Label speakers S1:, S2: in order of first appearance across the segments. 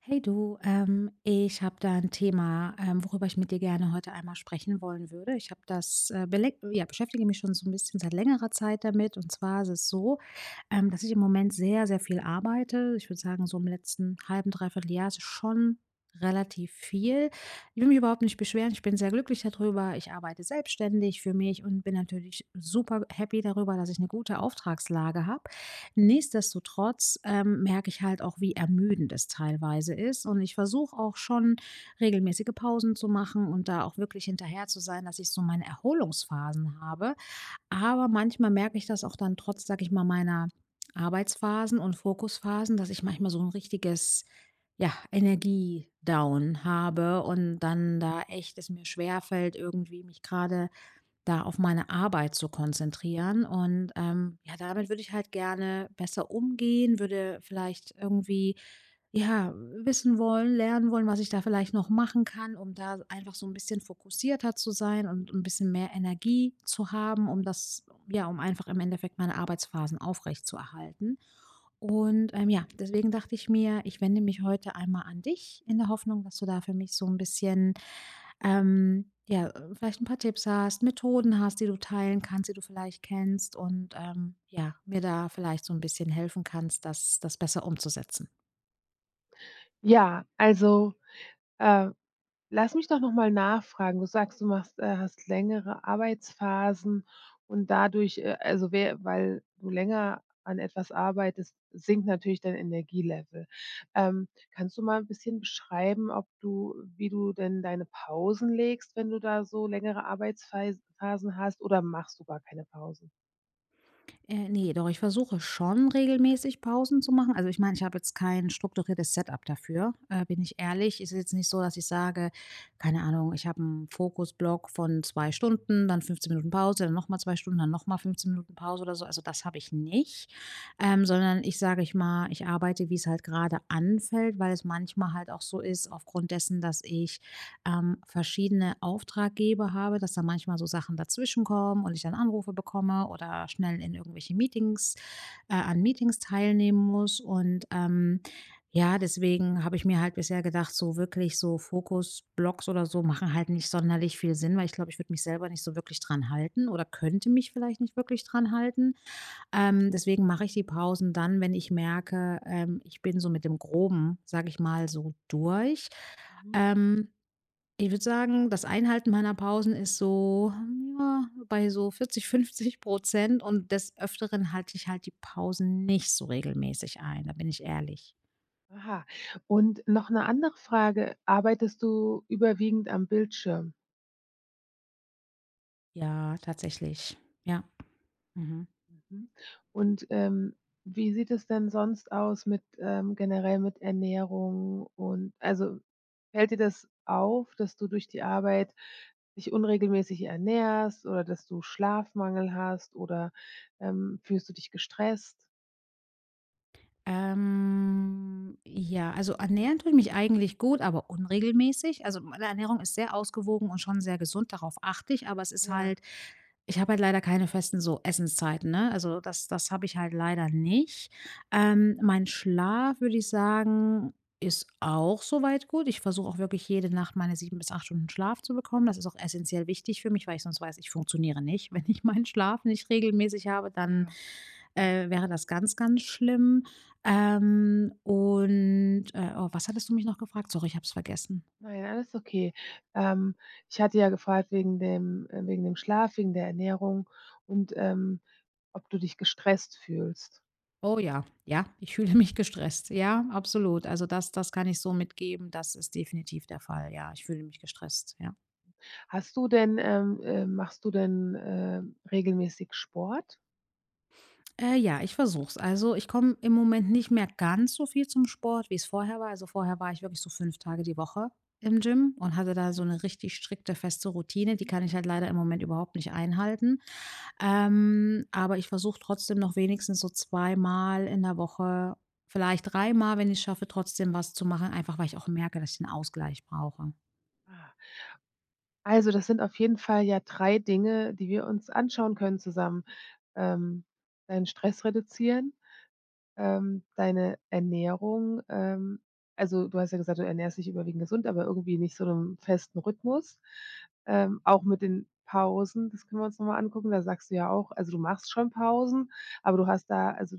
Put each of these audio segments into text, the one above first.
S1: Hey du, ich habe da ein Thema, worüber ich mit dir gerne heute einmal sprechen wollen würde. Ich habe das, beleg ja, beschäftige mich schon so ein bisschen seit längerer Zeit damit. Und zwar ist es so, dass ich im Moment sehr, sehr viel arbeite. Ich würde sagen, so im letzten halben 2 Jahr ist es schon relativ viel. Ich will mich überhaupt nicht beschweren. Ich bin sehr glücklich darüber. Ich arbeite selbstständig für mich und bin natürlich super happy darüber, dass ich eine gute Auftragslage habe. Nichtsdestotrotz, merke ich halt auch, wie ermüdend es teilweise ist, und ich versuche auch schon, regelmäßige Pausen zu machen und da auch wirklich hinterher zu sein, dass ich so meine Erholungsphasen habe. Aber manchmal merke ich das auch dann trotz, sag ich mal, meiner Arbeitsphasen und Fokusphasen, dass ich manchmal so ein richtiges, ja, Energiedown habe und dann da echt es mir schwerfällt, irgendwie mich gerade da auf meine Arbeit zu konzentrieren. Und ja, damit würde ich halt gerne besser umgehen, würde vielleicht irgendwie, ja, wissen wollen, lernen wollen, was ich da vielleicht noch machen kann, um da einfach so ein bisschen fokussierter zu sein und ein bisschen mehr Energie zu haben, um das, ja, um einfach im Endeffekt meine Arbeitsphasen aufrechtzuerhalten. Und ja, deswegen dachte ich mir, ich wende mich heute einmal an dich in der Hoffnung, dass du da für mich so ein bisschen ja, vielleicht ein paar Tipps hast, Methoden hast, die du teilen kannst, die du vielleicht kennst, und ja, mir da vielleicht so ein bisschen helfen kannst, das besser umzusetzen.
S2: Ja, also, äh, lass mich doch noch mal nachfragen. Du sagst, du machst hast längere Arbeitsphasen und dadurch, also, wer weil du länger an etwas arbeitest, sinkt natürlich dein Energielevel. Kannst du mal ein bisschen beschreiben, ob du wie du denn deine Pausen legst, wenn du da so längere Arbeitsphasen hast, oder machst du gar keine Pausen?
S1: Ne, doch, ich versuche schon regelmäßig Pausen zu machen. Also, ich meine, ich habe jetzt kein strukturiertes Setup dafür, bin ich ehrlich. Es ist jetzt nicht so, dass ich sage, keine Ahnung, ich habe einen Fokusblock von 2 Stunden, dann 15 Minuten Pause, dann nochmal 2 Stunden, dann nochmal 15 Minuten Pause oder so. Also, das habe ich nicht, sondern ich sage ich mal, ich arbeite, wie es halt gerade anfällt, weil es manchmal halt auch so ist, aufgrund dessen, dass ich verschiedene Auftraggeber habe, dass da manchmal so Sachen dazwischenkommen und ich dann Anrufe bekomme oder schnell in irgendwelche Meetings an Meetings teilnehmen muss. Und ja, deswegen habe ich mir halt bisher gedacht, so wirklich so Fokus-Blogs oder so machen halt nicht sonderlich viel Sinn, weil ich glaube, ich würde mich selber nicht so wirklich dran halten oder könnte mich vielleicht nicht wirklich dran halten. Deswegen mache ich die Pausen dann, wenn ich merke, ich bin so mit dem Groben, sage ich mal, so durch.
S2: Mhm.
S1: Ähm, ich würde sagen, das Einhalten meiner Pausen ist so, ja, bei so 40, 50%, und des Öfteren halte ich halt die Pausen nicht so regelmäßig ein, da bin ich ehrlich.
S2: Aha. Und noch eine andere Frage: Arbeitest du überwiegend am Bildschirm?
S1: Ja, tatsächlich. Ja. Mhm.
S2: Mhm. Und, wie sieht es denn sonst aus mit, generell mit Ernährung und also, fällt dir das auf, dass du durch die Arbeit dich unregelmäßig ernährst oder dass du Schlafmangel hast oder, fühlst du dich gestresst?
S1: Ja, also, ernähren tue ich mich eigentlich gut, aber unregelmäßig. Also, meine Ernährung ist sehr ausgewogen und schon sehr gesund, darauf achte ich, aber es ist
S2: Ja,
S1: halt. Ich habe halt leider keine festen so Essenszeiten, ne? Also, das habe ich halt leider nicht. Mein Schlaf, würde ich sagen, ist auch soweit gut. Ich versuche auch wirklich jede Nacht meine 7 bis 8 Stunden Schlaf zu bekommen. Das ist auch essenziell wichtig für mich, weil ich sonst weiß, ich funktioniere nicht. Wenn ich meinen Schlaf nicht regelmäßig habe, dann,
S2: ja.
S1: wäre das ganz, ganz schlimm. Oh, was hattest du mich noch gefragt? Sorry, ich habe es vergessen.
S2: Nein, alles okay. Ähm, Ich hatte ja gefragt wegen dem Schlaf, wegen der Ernährung und, ob du dich gestresst fühlst.
S1: Oh ja, ja, ich fühle mich gestresst. Ja, absolut. Also, das kann ich so mitgeben. Das ist definitiv der Fall. Ja, ich fühle mich gestresst, ja.
S2: Hast du denn, machst du denn, regelmäßig Sport?
S1: Ja, ich versuche es. Also, ich komme im Moment nicht mehr ganz so viel zum Sport, wie es vorher war. Also, vorher war ich wirklich so 5 Tage die Woche im Gym und hatte da so eine richtig strikte, feste Routine. Die kann ich halt leider im Moment überhaupt nicht einhalten. Aber ich versuche trotzdem noch wenigstens so zweimal in der Woche, vielleicht dreimal, wenn ich's schaffe, trotzdem was zu machen, einfach weil ich auch merke, dass ich einen Ausgleich brauche.
S2: Ah, also das sind auf jeden Fall ja 3 Dinge, die wir uns anschauen können zusammen. Ähm, Deinen Stress reduzieren, deine Ernährung, also du hast ja gesagt, du ernährst dich überwiegend gesund, aber irgendwie nicht so einem festen Rhythmus. Auch mit den Pausen, das können wir uns noch mal angucken. Da sagst du ja auch also du machst schon Pausen, aber du hast da also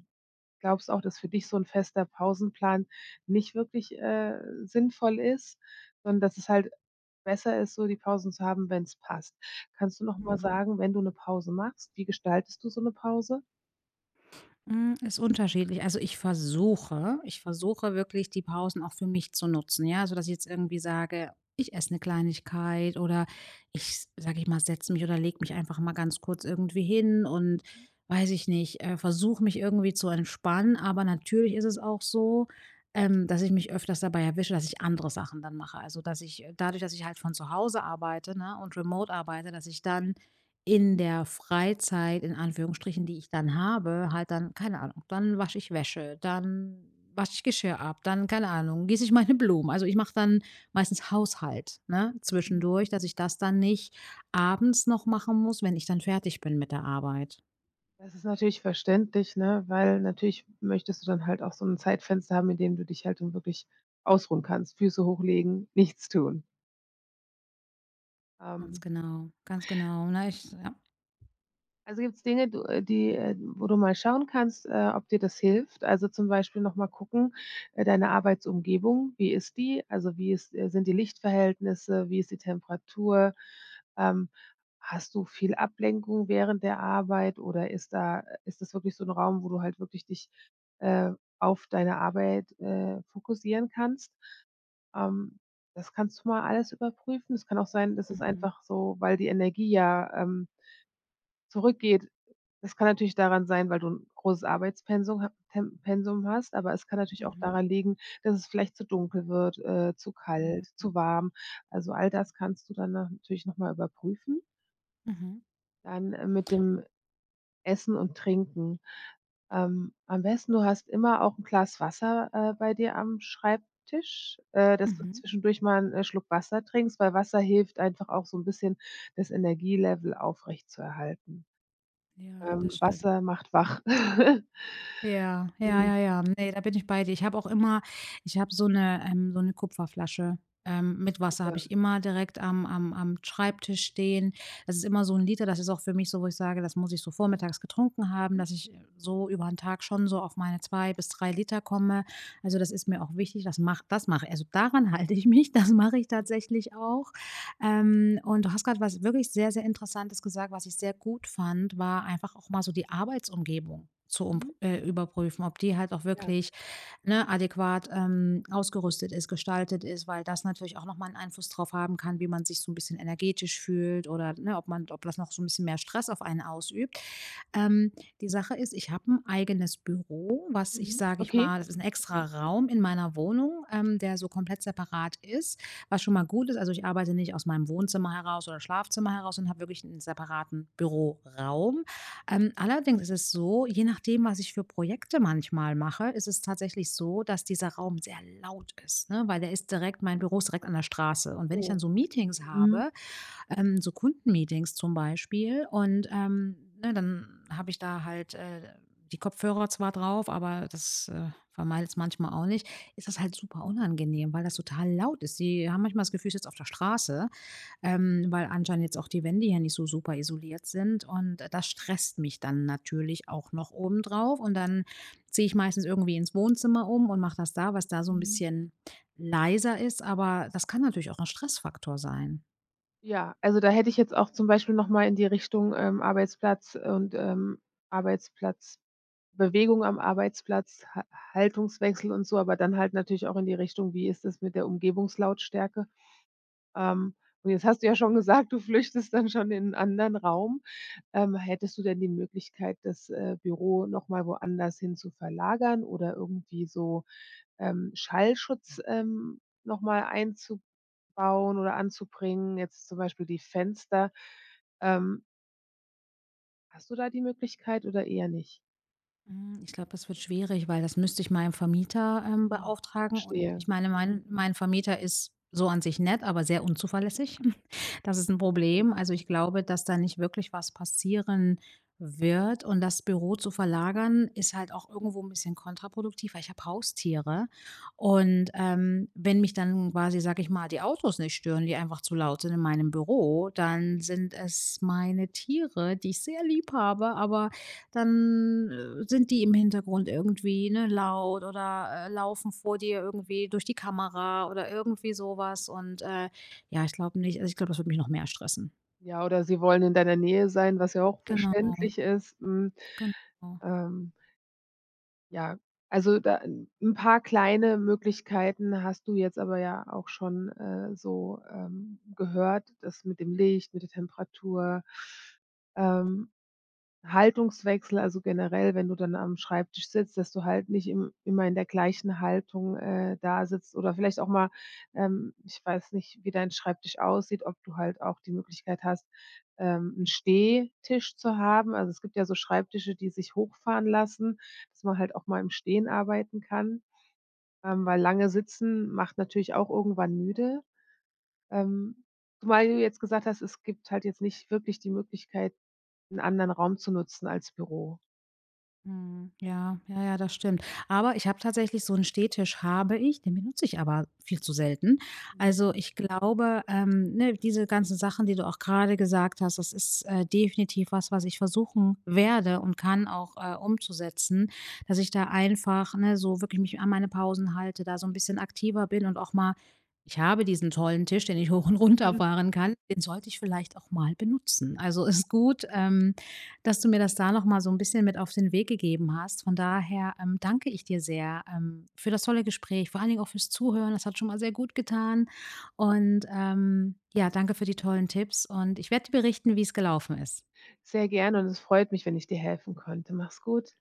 S2: glaubst auch, dass für dich so 'n fester Pausenplan nicht wirklich, sinnvoll ist, sondern dass es halt besser ist, so die Pausen zu haben, wenn's passt? Kannst du noch mal
S1: Mhm.
S2: sagen, wenn du 'ne Pause machst, wie gestaltest du so 'ne Pause?
S1: Hm, ist unterschiedlich. Also, ich versuche wirklich, die Pausen auch für mich zu nutzen, ja, so dass ich jetzt irgendwie sage: „Ich esse eine Kleinigkeit“, oder ich, sage ich mal, setze mich oder lege mich einfach mal ganz kurz irgendwie hin und, weiß ich nicht, versuche mich irgendwie zu entspannen. Aber natürlich ist es auch so, dass ich mich öfters dabei erwische, dass ich andere Sachen dann mache. Also, dass ich dadurch, dass ich halt von zu Hause arbeite, ne, und remote arbeite, dass ich dann in der Freizeit, in Anführungsstrichen, die ich dann habe, halt dann, keine Ahnung, dann wasche ich Wäsche, dann wasche ich Geschirr ab, dann, keine Ahnung, gieße ich meine Blumen. Also, ich mache dann meistens Haushalt, ne,
S2: Mhm.
S1: zwischendurch, dass ich das dann nicht abends noch machen muss, wenn ich dann fertig bin mit der Arbeit.
S2: Das ist natürlich verständlich, ne, weil natürlich möchtest du dann halt auch so 'n Zeitfenster haben, in dem du dich halt dann wirklich ausruhen kannst, Füße hochlegen, nichts tun.
S1: Ganz
S2: Ähm
S1: genau, ganz genau. Na, ich, ja.
S2: Also gibt es Dinge, wo du mal schauen kannst, ob dir das hilft? Also, zum Beispiel noch mal gucken, deine Arbeitsumgebung, wie ist die? Also, wie ist sind die Lichtverhältnisse? Wie ist die Temperatur? Ähm, Hast du viel Ablenkung während der Arbeit oder ist da ist das wirklich so ein Raum, wo du halt wirklich dich, äh, auf deine Arbeit, fokussieren kannst? Ähm, Das kannst du mal alles überprüfen. Es kann auch sein, dass es
S1: Mhm,
S2: einfach so weil die Energie ja, zurückgeht. Das kann natürlich daran sein, weil du 'n großes Arbeitspensum ha Pen Pensum hast, aber es kann natürlich auch
S1: mhm,
S2: daran liegen, dass es vielleicht zu dunkel wird, zu kalt,
S1: mhm,
S2: zu warm. Also, all das kannst du dann natürlich noch mal überprüfen.
S1: mhm,
S2: Dann, mit dem Essen und Trinken. Am besten, du hast immer auch 'n Glas Wasser, bei dir am Schreibtisch, dass du
S1: mhm.
S2: zwischendurch mal 'n, Schluck Wasser trinkst, weil Wasser hilft einfach auch so 'n bisschen, das Energielevel aufrechtzuerhalten.
S1: Ja, das stimmt.
S2: Wasser macht wach.
S1: Ja, ja,
S2: Mhm,
S1: ja, ja. Ne, da bin ich bei dir. Ich habe so eine Kupferflasche, mit Wasser habe ich
S2: super.
S1: immer direkt am Schreibtisch stehen. Das ist immer so 1 Liter, das ist auch für mich so, wo ich sage, das muss ich so vormittags getrunken haben, dass ich, so über 'n Tag schon so auf meine 2 bis 3 Liter komme. Also, das ist mir auch wichtig. Das macht, das mache, also, daran halte ich mich. Das mache ich tatsächlich auch. Und du hast gerade was wirklich sehr, sehr Interessantes gesagt, was ich sehr gut fand, war einfach auch mal so, die Arbeitsumgebung zu um
S2: Mhm.
S1: überprüfen, ob die halt auch
S2: Ja.
S1: wirklich, ne, adäquat, ausgerüstet ist, gestaltet ist, weil das natürlich auch noch mal 'n Einfluss drauf haben kann, wie man sich so ein bisschen energetisch fühlt oder, ne, ob das noch so ein bisschen mehr Stress auf einen ausübt. Ähm, die Sache ist, ich habe ein eigenes Büro, was ich,
S2: Mhm.
S1: sage ich
S2: Okay.
S1: mal, das ist ein extra Raum in meiner Wohnung, der so komplett separat ist, was schon mal gut ist. Also, ich arbeite nicht aus meinem Wohnzimmer heraus oder Schlafzimmer heraus und habe wirklich einen separaten Büroraum. Allerdings ist es so, je nachdem, was ich für Projekte manchmal mache, ist es tatsächlich so, dass dieser Raum sehr laut ist, ne? Weil der ist direkt mein Büro ist direkt an der Straße. Und wenn ich
S2: Oh.
S1: dann so Meetings
S2: Mhm.
S1: habe, so Kundenmeetings zum Beispiel. Und ne, dann habe ich da halt die Kopfhörer zwar drauf, aber das vermeidet es manchmal auch nicht. Ist das halt super unangenehm, weil das total laut ist. Die haben manchmal das Gefühl, ich sitze auf der Straße, weil anscheinend jetzt auch die Wände hier nicht so super isoliert sind. Und das stresst mich dann natürlich auch noch obendrauf. Und dann ziehe ich meistens irgendwie ins Wohnzimmer um und mache das da, was da so ein
S2: Mhm.
S1: bisschen leiser ist. Aber das kann natürlich auch ein Stressfaktor sein.
S2: Ja, also da hätte ich jetzt auch zum Beispiel noch mal in die Richtung, Arbeitsplatz und, Arbeitsplatz Bewegung am Arbeitsplatz, Ha Haltungswechsel und so, aber dann halt natürlich auch in die Richtung, wie ist es mit der Umgebungslautstärke? Ähm, und jetzt hast du ja schon gesagt, du flüchtest dann schon in 'nen anderen Raum. Hättest du denn die Möglichkeit, das, Büro noch mal woanders hin zu verlagern oder irgendwie so, Schallschutz, noch mal einzubauen oder anzubringen, jetzt zum Beispiel die Fenster? Ähm, Hast du da die Möglichkeit oder eher nicht?
S1: Hm, ich glaube, das wird schwierig, weil das müsste ich meinem Vermieter,
S2: Hm,
S1: beauftragen, und ich
S2: verstehe.
S1: meine, mein Vermieter ist so an sich nett, aber sehr unzuverlässig. Das ist ein Problem. Also, ich glaube, dass da nicht wirklich was passieren wird, und das Büro zu verlagern, ist halt auch irgendwo ein bisschen kontraproduktiv, weil ich habe Haustiere, und, wenn mich dann quasi, sag ich mal, die Autos nicht stören, die einfach zu laut sind in meinem Büro, dann sind es meine Tiere, die ich sehr lieb habe, aber dann, sind die im Hintergrund irgendwie, ne, laut oder, laufen vor dir irgendwie durch die Kamera oder irgendwie sowas, und, ja, ich glaube nicht, also, ich glaube, das würde mich noch mehr stressen.
S2: Ja, oder sie wollen in deiner Nähe sein, was ja auch
S1: Genau,
S2: verständlich ist. Mhm.
S1: genau.
S2: Ähm. Ja, also da 'n paar kleine Möglichkeiten hast du jetzt aber ja auch schon, so, gehört, das mit dem Licht, mit der Temperatur, ähm Haltungswechsel, also generell, wenn du dann am Schreibtisch sitzt, dass du halt nicht im immer in der gleichen Haltung, da sitzt oder vielleicht auch mal ich weiß nicht, wie dein Schreibtisch aussieht, ob du halt auch die Möglichkeit hast, 'n Stehtisch zu haben. Also, es gibt ja so Schreibtische, die sich hochfahren lassen, dass man halt auch mal im Stehen arbeiten kann, weil lange Sitzen macht natürlich auch irgendwann müde. Ähm, Zumal du jetzt gesagt hast, es gibt halt jetzt nicht wirklich die Möglichkeit, einen anderen Raum zu nutzen als Büro.
S1: Mhm. Ja, ja, ja, das stimmt. Aber ich habe tatsächlich so einen Stehtisch habe ich, den benutze ich aber viel zu selten. Also, ich glaube, ne, diese ganzen Sachen, die du auch gerade gesagt hast, das ist, definitiv was, was ich versuchen werde und kann auch, umzusetzen, dass ich da einfach, ne, so wirklich mich an meine Pausen halte, da so ein bisschen aktiver bin und auch mal ich habe diesen tollen Tisch, den ich hoch und runter
S2: Mhm.
S1: fahren kann, den sollte ich vielleicht auch mal benutzen. Also, ist gut, dass du mir das da noch mal so ein bisschen mit auf den Weg gegeben hast. Von daher, danke ich dir sehr, für das tolle Gespräch, vor allen Dingen auch fürs Zuhören. Das hat schon mal sehr gut getan und, ja, danke für die tollen Tipps und ich werde dir berichten, wie es gelaufen ist.
S2: Sehr gerne und es freut mich, wenn ich dir helfen konnte. Mach's gut.